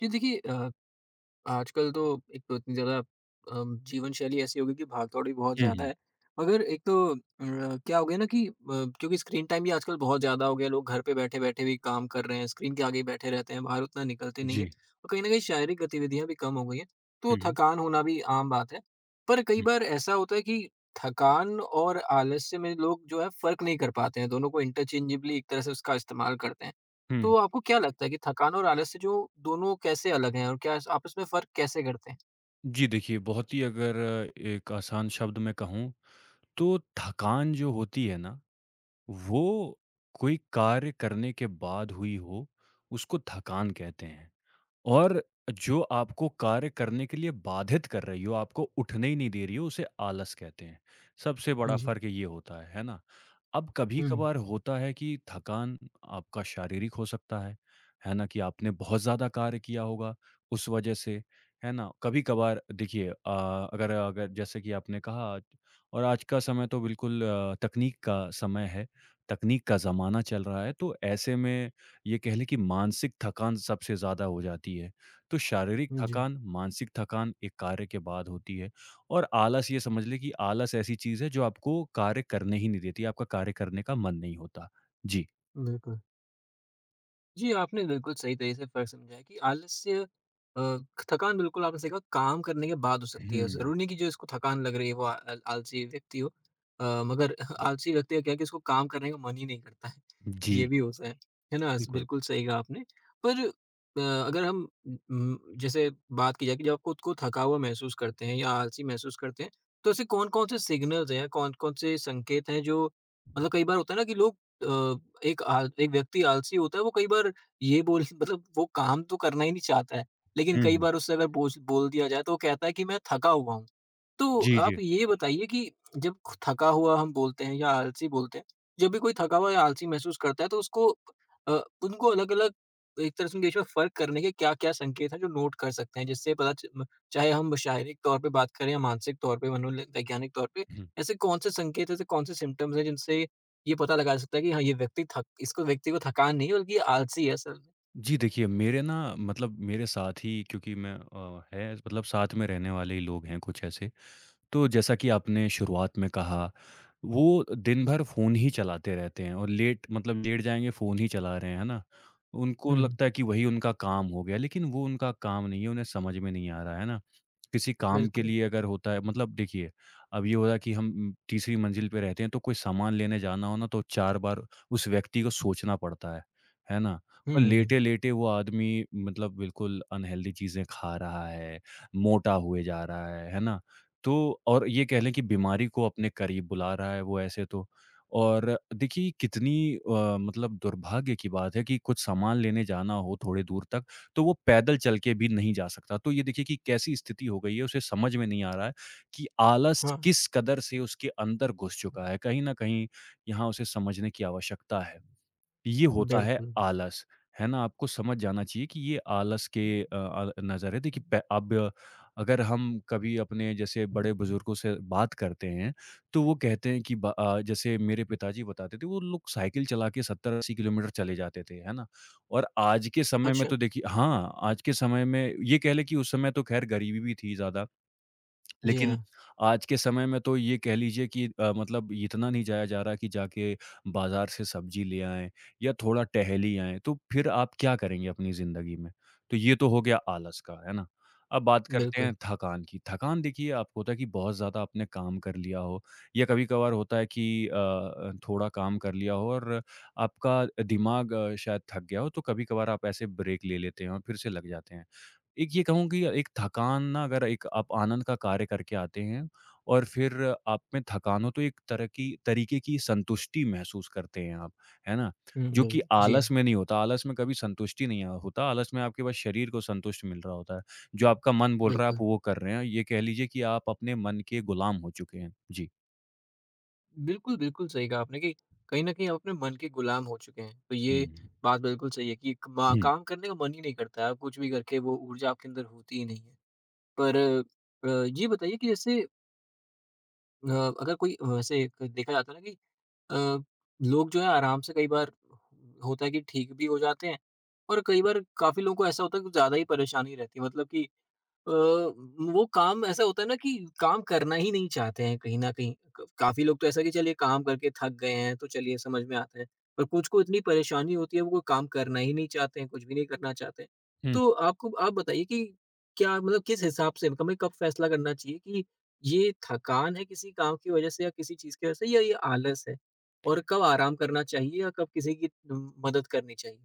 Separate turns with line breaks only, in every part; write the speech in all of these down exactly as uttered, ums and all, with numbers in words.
जी देखिए अ, आजकल तो एक तो इतनी ज़्यादा अम, जीवन शैली ऐसी हो गई कि भाग-दौड़ भी बहुत
हुँ,
ज़्यादा
हुँ।
है। मगर एक तो अ, क्या हो गया ना कि अ, क्योंकि स्क्रीन टाइम भी आजकल बहुत ज़्यादा हो गया, लोग घर पे बैठे-बैठे भी काम कर रहे हैं, स्क्रीन के आगे ही बैठे रहते हैं, बाहर उतना निकलते नहीं हैं
जी।
और कहीं न कहीं शारीरिक गतिविधियाँ भी कम हो गई हैं, तो
हुँ, हुँ,
थकान होना भी आम बात है। पर कई
हुँ,
बार ऐसा होता है कि थकान और आलस्य में लोग जो है फ़र्क नहीं कर पाते हैं, दोनों को इंटरचेंजेबली एक तरह से उसका इस्तेमाल करते हैं।
हुँ।
तो आपको क्या लगता है कि थकान और आलस से जो दोनों कैसे अलग हैं और क्या आपस में फ़र्क कैसे करते हैं?
जी, देखिए बहुत ही अगर एक आसान शब्द में कहूँ तो थकान जो होती है ना, वो कोई कार्य करने के बाद हुई हो, उसको थकान कहते हैं। और जो आपको कार्य करने के लिए बाधित कर रही हो, आपको उठने ही नहीं दे रही हो, उसे आलस कहते हैं। सबसे बड़ा
जी।
फ़र्क ये होता है, है ना? अब
हुँ,
कभी-कभार होता है कि थकान आपका शारीरिक हो सकता है, है ना? कि आपने बहुत ज़्यादा कार्य किया होगा उस वजह से, है ना? कभी-कभार देखिए अ, अगर अगर जैसे कि आपने कहा और आज का समय तो बिल्कुल अ, तकनीक का समय है, तकनीक का ज़माना चल रहा है, तो ऐसे में ये कह लें कि मानसिक थकान सबसे ज़्यादा हो जाती है। तो शारीरिक
हुँ। जी,
थकान, मानसिक थकान एक कार्य के बाद होती है और आलस ये समझ लें कि आलस ऐसी चीज़ है जो आपको कार्य करने ही नहीं देती, आपका कार्य करने का मन नहीं होता। जी।
बिल्कुल। जी, आपने बिल्कुल सही तरीके से फ़र्क समझा है कि आलस्य अ, थकान बिल्कुल आपने सही कहा काम करने के बाद हो सकती है।
हुँ।
ज़रूरी नहीं कि जो इसको थकान लग रही है वो अ, आल आलसी व्यक्ति हो। अ, मगर आलसी व्यक्ति का क्या है कि उसको काम करने का मन ही नहीं करता है। ये
जी,
भी होता है। है ना?
बिल्कुल।
बिल्कुल सही कहा आपने। पर अ, अगर हम उम, जैसे बात की जाए कि जब आप खुद को थका हुआ महसूस करते हैं या आलसी महसूस करते हैं, तो ऐसे कौन-कौन से सिग्नल्स हैं, कौन-कौन से संकेत हैं जो मतलब कई बार होता है ना कि लोग अ, एक आल एक व्यक्ति आलसी होता है, वो कई बार ये बोल मतलब वो काम तो करना ही नहीं चाहता है, लेकिन
हुँ,
कई
हुँ।
बार उससे अगर बोझ बोल दिया जाए, तो वो कहता है कि मैं थका हुआ हूँ। तो
जी, जी।
आप ये बताइए कि जब ख थका हुआ हम बोलते हैं या आलसी बोलते हैं, जब भी कोई थका हुआ या आलसी महसूस करता है, तो उसको अ, उनको अलग-अलग एक तरह से उनके बीच में फ़र्क करने के क्या-क्या संकेत हैं, जो नोट कर सकते हैं? जिससे पता च म चाहे हम शारीरिक तौर पे बात करें या मानसिक तौर पे, मनोल वैज्ञानिक तौर पे,
हुँ।
ऐसे कौन से संकेत, ऐसे कौन से सिम्पटम्स हैं, जिनसे ये पता लगा सकता है कि हाँ, ये व्यक्ति थक इसको व्यक्ति को थकान नहीं है बल्कि ये आलसी है असल में।
जी, देखिए मेरे ना मतलब मेरे साथ ही क्योंकि मैं अ, है मतलब साथ में रहने वाले ही लोग हैं कुछ ऐसे। तो जैसा कि आपने शुरुआत में कहा, वो दिन भर फ़ोन ही चलाते रहते हैं और लेट मतलब लेट जाएँगे फ़ोन ही चला रहे हैं, है ना? उनको
हुँ,
लगता है कि वही उनका काम हो गया, लेकिन वो उनका काम नहीं है, उन्हें समझ में नहीं आ रहा है, है ना? किसी काम के
बिल्कुल।
लिए अगर होता है मतलब देखिए, अब ये हो रहा है कि हम तीसरी मंजिल पे रहते हैं, तो कोई सामान लेने जाना हो ना, तो चार बार उस व्यक्ति को सोचना पड़ता है, है ना?
हुँ,
और
हुँ, हुँ।
लेटे-लेटे वो आदमी मतलब बिल्कुल अनहेल्दी चीज़ें खा रहा है, मोटा हुए जा रहा है, है ना? तो और ये कह लें कि बीमारी को अपने करीब बुला रहा है वो ऐसे तो। और देखिए कितनी अ, मतलब दुर्भाग्य की बात है कि कुछ सामान लेने जाना हो थोड़ी दूर तक, तो वो पैदल चल के भी नहीं जा सकता। तो ये देखिए कि कैसी स्थिति हो गई है उसे समझ में नहीं आ रहा है कि आलस
हाँ,
किस कदर से उसके अंदर घुस चुका है। कहीं न कहीं यहाँ उसे समझने की आवश्यकता है। ये होता है
बिल्कुल।
आलस, है ना? आपको समझ जाना चाहिए कि ये आलस के अ अ, नज़र है। देखिए प अब अगर हम कभी अपने जैसे बड़े-बुज़ुर्गों से बात करते हैं, तो वो कहते हैं कि ब अ, जैसे मेरे पिताजी बताते थे, वो लोग साइकिल चला के सत्तर अस्सी किलोमीटर चले जाते थे, है ना? और आज के समय में
अच्छा,
तो देखिए हाँ, आज के समय में ये कह लें कि उस समय तो खैर गरीबी भी थी ज़्यादा।
जी
लेकिन
हाँ,
आज के समय में तो ये कह लीजिए कि अ, मतलब इतना नहीं जाया जा रहा कि जाके बाज़ार से सब्ज़ी ले आएँ या थोड़ा टहली आएँ, तो फिर आप क्या करेंगे अपनी ज़िंदगी में? तो ये तो हो गया आलस का, है ना? अब बात करते
बिल्कुल।
हैं थकान की। थकान देखिए आपको होता है कि बहुत ज़्यादा आपने काम कर लिया हो या कभी-कभार होता है कि अ अ, थोड़ा काम कर लिया हो और आपका दिमाग अ, शायद थक गया हो, तो कभी-कभार आप ऐसे ब्रेक ले लेते हैं और फिर से लग जाते हैं। एक ये कहूँ कि एक थकान ना अगर एक आप आनंद का कार्य करके आते हैं और फिर आप में थकान हो तो एक तरह की तरीके की संतुष्टि महसूस करते हैं आप, है ना?
हुँ,
जो कि
बिल्कुल। जी
आलस
हाँ,
में नहीं होता, आलस में कभी संतुष्टि नहीं अ, होता, आलस में आपके बस शरीर को संतुष्ट मिल रहा होता है। जो आपका मन बोल रहा है आप
बिल्कुल।
वो कर रहे हैं, ये कह लीजिए कि आप अपने मन के गुलाम हो चुके हैं। जी।
बिल्कुल, बिल्कुल सही कहा आपने कि कहीं न कहीं आप अपने मन के गुलाम हो चुके हैं। तो ये
हुँ।
बात बिल्कुल सही है कि कमा काम करने का मन ही नहीं करता है। आप कुछ भी करके वो ऊर्जा आपके अंदर होती ही नहीं है। पर अ, ये बताइए कि जैसे अ, अगर कोई वैसे देखा जाता है ना कि अ, लोग जो है आराम से कई बार होता है कि ठीक भी हो जाते हैं और कई बार काफ़ी लोगों को ऐसा होता है कि ज़्यादा ही परेशानी रहती है मतलब कि अ, वो काम ऐसा होता है ना कि काम करना ही नहीं चाहते हैं कहीं न कहीं। क काफ़ी लोग तो ऐसा है कि चलिए काम करके थक गए हैं, तो चलिए समझ में आता है। पर कुछ को इतनी परेशानी होती है, वो कोई काम करना ही नहीं चाहते हैं, कुछ भी नहीं करना चाहते हैं।
हुँ।
तो आपको आप बताइए कि क्या मतलब किस हिसाब से हमें कब फैसला करना चाहिए कि ये थकान है किसी काम की वजह से या किसी चीज़ की वजह से या ये आलस है? और कब आराम करना चाहिए या कब किसी की उम, मदद करनी चाहिए?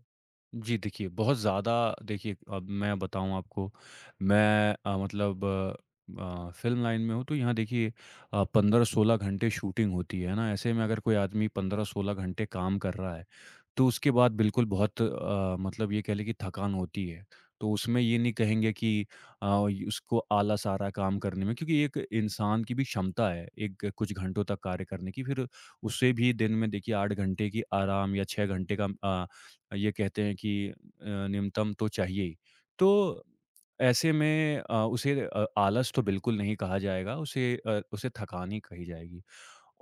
जी, देखिए बहुत ज़्यादा देखिए अब मैं बताऊँ आपको मैं अ, मतलब अ, फ़िल्म लाइन में हूँ तो यहाँ देखिए अ, पंद्रह सोलह घंटे शूटिंग होती है, है ना? ऐसे में अगर कोई आदमी पंद्रह सोलह घंटे काम कर रहा है, तो उसके बाद बिल्कुल बहुत अ, मतलब ये कह लें कि थकान होती है। तो उसमें ये नहीं कहेंगे कि अ, य उसको आलस आ रहा है काम करने में क्योंकि एक इंसान की भी क्षमता है, एक कुछ घंटों तक कार्य करने की। फिर उससे भी दिन में देखिए आठ घंटे की आराम या छह घंटे का अ ये कहते हैं कि अ, न्यूनतम तो चाहिए ही। तो ऐसे में अ, उसे अ, आलस तो बिल्कुल नहीं कहा जाएगा, उसे अ, उसे थकान ही कही जाएगी।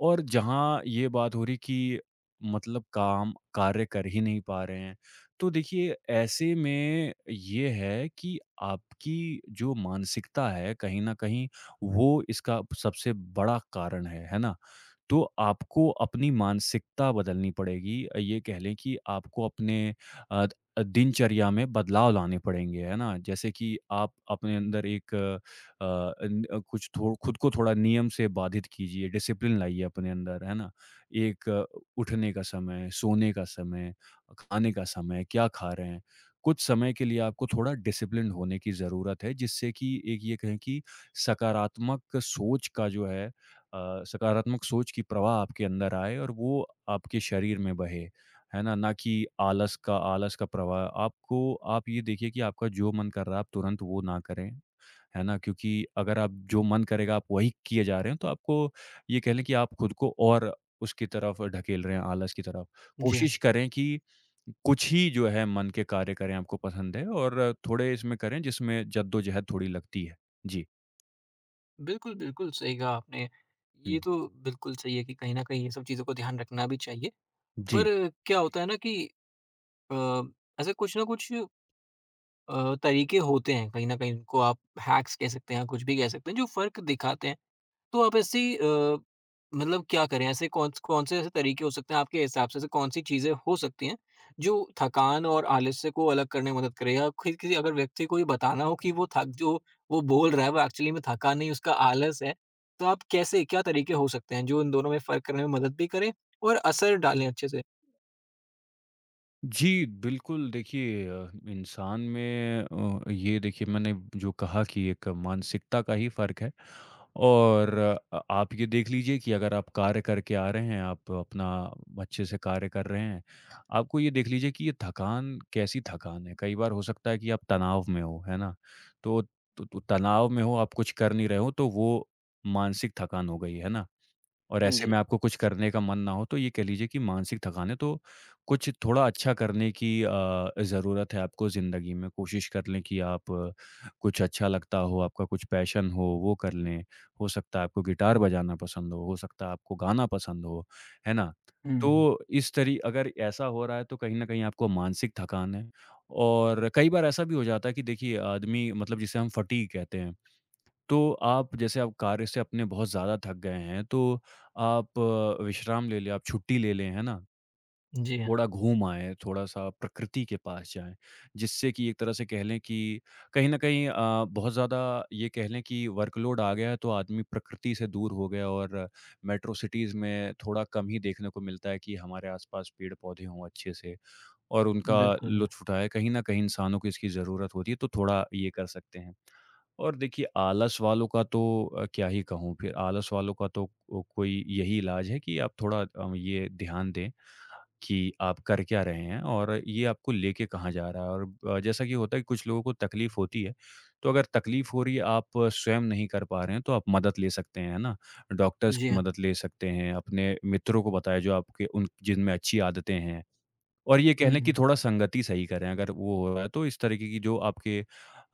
और जहाँ ये बात हो रही कि मतलब काम, कार्य कर ही नहीं पा रहे हैं, तो देखिए ऐसे में ये है कि आपकी जो मानसिकता है, कहीं न कहीं वो इसका सबसे बड़ा कारण है, है ना? तो आपको अपनी मानसिकता बदलनी पड़ेगी। अ, ये कह लें कि आपको अपने अ, अ, दिनचर्या में बदलाव लाने पड़ेंगे, है ना? जैसे कि आप अपने अंदर एक अ, अन अ, कुछ थो खुद को थोड़ा नियम से बाधित कीजिए, डिसिप्लिन लाइए अपने अंदर, है ना? एक अ, उठने का समय, सोने का समय, खाने का समय, क्या खा रहे हैं? कुछ समय के लिए आपको थोड़ा डिसिप्लिन्ड होने की ज़रूरत है, जिससे कि एक ये कहें कि सकारात्मक सोच का जो है अ, सकारात्मक सोच की प्रवाह आपके अंदर आए और वो आपके शरीर में बहे, है ना? ना कि आलस का आलस का प्रवाह। आपको आप ये देखिए कि आपका जो मन कर रहा है, आप तुरंत वो ना करें, है ना? क्योंकि अगर आप जो मन करेगा, आप वही किए जा रहे हैं, तो आपको ये कह लें कि आप खुद को और उसकी तरफ ढकेल रहे हैं, आलस की तरफ।
जी हाँ।
कोशिश करें कि कुछ ही जो है मन के कार्य करें, आपको पसंद है और थोड़े इसमें करें जिसमें जद्दोजहद थोड़ी लगती है। जी।
बिल्कुल, बिल्कुल, सही कहा आपने।
हुँ।
ये तो बिल्कुल सही है कि कहीं न कहीं ये सब चीज़ों का ध्यान रखना भी चाहिए।
जी।
पर क्या होता है ना कि अ, ऐसे कुछ ना कुछ अ, तरीके होते हैं, कहीं न कहीं उनको आप हैक्स कह सकते हैं, कुछ भी कह सकते हैं, जो फ़र्क दिखाते हैं। तो आप ऐसी अ, मतलब क्या करें? ऐसे कौन स कौन से ऐसे तरीके हो सकते हैं आपके हिसाब से? ऐसी कौन-सी चीज़ें हो सकती हैं, जो थकान और आलस्य को अलग करने में मदद करे? या खि किसी अगर व्यक्ति को ये बताना हो कि वो थक जो वो बोल रहा है, वो एक्चुअली में थका नहीं, उसका आलस है। तो आप कैसे क्या तरीके हो सकते हैं, जो इन दोनों में फ़र्क करने में मदद भी करें और असर डालें अच्छे से?
जी, बिल्कुल देखिए अ, इंसान में अ, ये देखिए मैंने जो कहा कि एक मानसिकता का ही फ़र्क है और अ, आप ये देख लीजिए कि अगर आप कार्य करके आ रहे हैं, आप अपना अच्छे से कार्य कर रहे हैं, आपको ये देख लीजिए कि ये थकान कैसी थकान है? कई बार हो सकता है कि आप तनाव में हो, है ना? तो तो तो तनाव में हो, आप कुछ कर नहीं रहे हो, तो वो मानसिक थकान हो गई, है ना? और
हुँ,
ऐसे
जी।
में आपको कुछ करने का मन ना हो, तो ये कह लीजिए कि मानसिक थकान है, तो कुछ थोड़ा अच्छा करने की अ, ज़रूरत है आपको ज़िंदगी में। कोशिश कर लें कि आप अ, कुछ अच्छा लगता हो, आपका कुछ पैशन हो, वो कर लें। हो सकता है आपको गिटार बजाना पसंद हो, हो सकता है आपको गाना पसंद हो, है ना?
हुँ, हुँ।
तो इस तरी अगर ऐसा हो रहा है, तो कहीं न कहीं आपको मानसिक थकान है और कई बार ऐसा भी हो जाता है कि देखिए, आदमी मतलब जिसे हम फटीग कहते हैं तो आप जैसे आप कार्य से अपने बहुत ज़्यादा थक गए हैं, तो आप अ, विश्राम ले लें, आप छुट्टी ले लें, है ना?
जी हाँ,
थोड़ा घूम आएँ, थोड़ा-सा प्रकृति के पास जाएँ, जिससे कि एक तरह से कह लें कि कहीं न कहीं अ, बहुत ज़्यादा ये कह लें कि वर्कलोड आ गया है, तो आदमी प्रकृति से दूर हो गया और मेट्रो सिटीज़ में थोड़ा कम ही देखने को मिलता है कि हमारे आस-पास पेड़-पौधे हों अच्छे से। और उनका
बिल्कुल।
लुत्फ़ उठाएँ। कहीं न कहीं इंसानों को इसकी ज़रूरत होती है, तो थोड़ा ये कर सकते हैं। और देखिए आलस वालों का तो अ, क्या ही कहूँ फिर आलस वालों का तो ओ कोई यही इलाज है कि आप थोड़ा अ, ये ध्यान दें कि आप कर क्या रहे हैं और ये आपको लेके कहाँ जा रहा है। और अ, जैसा कि होता है कि कुछ लोगों को तकलीफ़ होती है, तो अगर तकलीफ़ हो रही है, आप स्वयं नहीं कर पा रहे हैं, तो आप मदद ले सकते हैं, है ना? डॉक्टर्स
जी
की
हाँ।
मदद ले सकते हैं, अपने मित्रों को बताएँ जो आपके उन जिनमें अच्छी आदतें हैं। और ये कह
हुँ,
लें कि
हुँ।
थोड़ा संगति सही करें अगर वो हो रहा है तो इस तरीके की जो आपके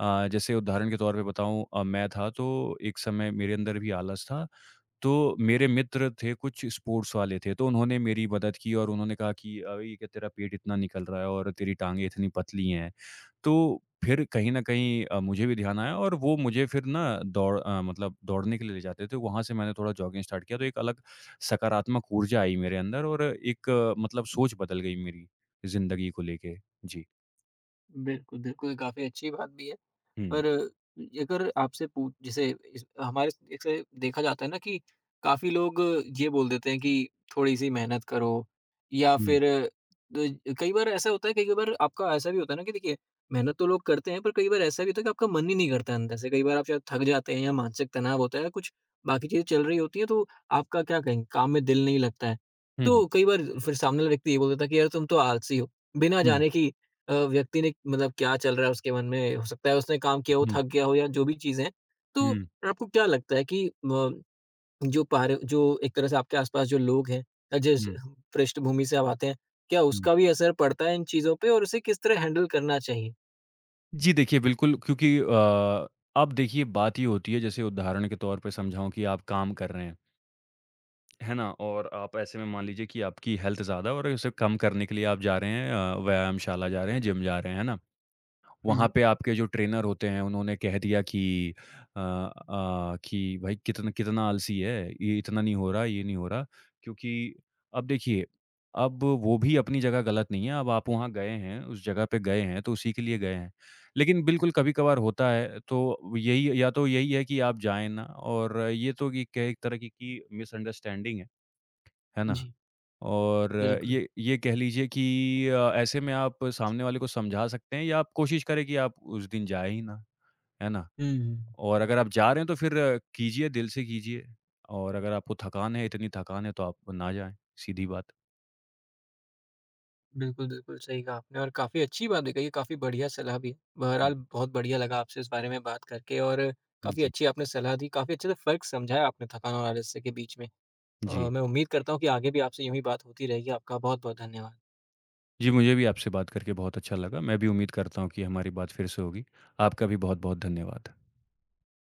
अ, जैसे उदाहरण के तौर पे बताऊँ अ, मैं था तो एक समय मेरे अंदर भी आलस था तो मेरे मित्र थे कुछ स्पोर्ट्स वाले थे, तो उन्होंने मेरी मदद की और उन्होंने कहा कि अभी क्या तेरा पेट इतना निकल रहा है और तेरी टाँगें इतनी पतली हैं। तो फिर कहीं न कहीं अ, मुझे भी ध्यान आया और वो मुझे फिर ना दौड़ अ, मतलब दौड़ने के लिए ले जाते थे, वहाँ से मैंने थोड़ा जॉगिंग स्टार्ट किया, तो एक अलग सकारात्मक ऊर्जा आई मेरे अंदर और एक अ, मतलब सोच बदल गई मेरी ज़िंदगी को लेके। जी।
बिल्कुल, बिल्कुल, काफ़ी अच्छी बात भी है।
हुँ।
पर अगर आपसे पूछ जैसे इस हमारे जैसे देखा जाता है ना कि काफ़ी लोग ये बोल देते हैं कि थोड़ी-सी मेहनत करो या
हुँ।
फिर द कई बार ऐसा होता है, कई बार आपका ऐसा भी होता है ना कि देखिए मेहनत तो लोग करते हैं, पर कई बार ऐसा भी होता है कि आपका मन ही नहीं करता अंदर से। कई बार आप शायद थक जाते हैं या मानसिक तनाव होता है या कुछ बाकी चीज़ें चल रही होती हैं, तो आपका क्या कहेंगे काम में दिल नहीं लगता है।
हुँ, हुँ।
तो कई बार फिर सामने वाला व्यक्ति ये बोल देता है कि यार तुम तो आलसी हो, बिना
हुँ,
जाने कि अ, व्यक्ति ने मतलब क्या चल रहा है उसके मन में, हो सकता है उसने काम किया हो,
हुँ,
थक गया हो या जो भी चीज़ें हैं। तो
हुँ,
आपको क्या लगता है कि म जो पार जो एक तरह से आपके आस-पास जो लोग हैं अ, जिस
हुँ,
पृष्ठभूमि से आप आते हैं, क्या
हुँ।
उसका भी असर पड़ता है इन चीज़ों पे और उसे किस तरह हैंडल करना चाहिए?
जी देखिए, बिल्कुल क्योंकि अ, अब देखिए बात ये होती है जैसे उदाहरण के तौर पे समझाऊँ कि आप काम कर रहे हैं, है ना? और आप ऐसे में मान लीजिए कि आपकी हेल्थ ज़्यादा और उसे कम करने के लिए आप जा रहे हैं अ, व्यायामशाला जा रहे हैं, जिम जा रहे हैं, है ना?
हुँ,
वहाँ
हुँ।
पे आपके जो ट्रेनर होते हैं उन्होंने कह दिया कि अ अ, कि भाई कितना कितना आलसी है, ये इतना नहीं हो रहा, ये नहीं हो रहा। क्योंकि अब देखिए, अब वो भी अपनी जगह गलत नहीं है, अब आप वहाँ गए हैं, उस जगह पे गए हैं तो उसी के लिए गए हैं। लेकिन बिल्कुल कभी-कभार होता है तो यही या तो यही है कि आप जाएँ ना और ये तो कि क्या एक तरह की की मिसअंडरस्टैंडिंग है, है ना?
जी,
और अ,
बिल्कुल।
ये ये कह लीजिए कि अ, ऐसे में आप सामने वाले को समझा सकते हैं या आप कोशिश करें कि आप उस दिन जाएँ ही ना, है ना?
हुँ,
और अगर आप जा रहे हैं तो फिर अ, कीजिए, दिल से कीजिए और अगर आपको थकान है, इतनी थकान है तो आप ना जाएँ, सीधी बात।
बिल्कुल, बिल्कुल सही कहा आपने और काफ़ी अच्छी बात भी कही है, काफ़ी बढ़िया सलाह भी है।
हुँ,
बहरहाल बहुत बढ़िया लगा आपसे इस बारे में बात करके और काफ़ी
जी,
अच्छी आपने सलाह दी, काफ़ी अच्छे से फ़र्क समझाया आपने थकान और आलस्य के बीच में।
जी।
अ, मैं उम्मीद करता हूँ कि आगे भी आपसे यूँ ही बात होती रहेगी। आपका बहुत-बहुत धन्यवाद।
जी, मुझे भी आपसे बात करके बहुत अच्छा लगा। मैं भी उम्मीद करता हूँ कि हमारी बात फिर से होगी। आपका भी बहुत-बहुत धन्यवाद।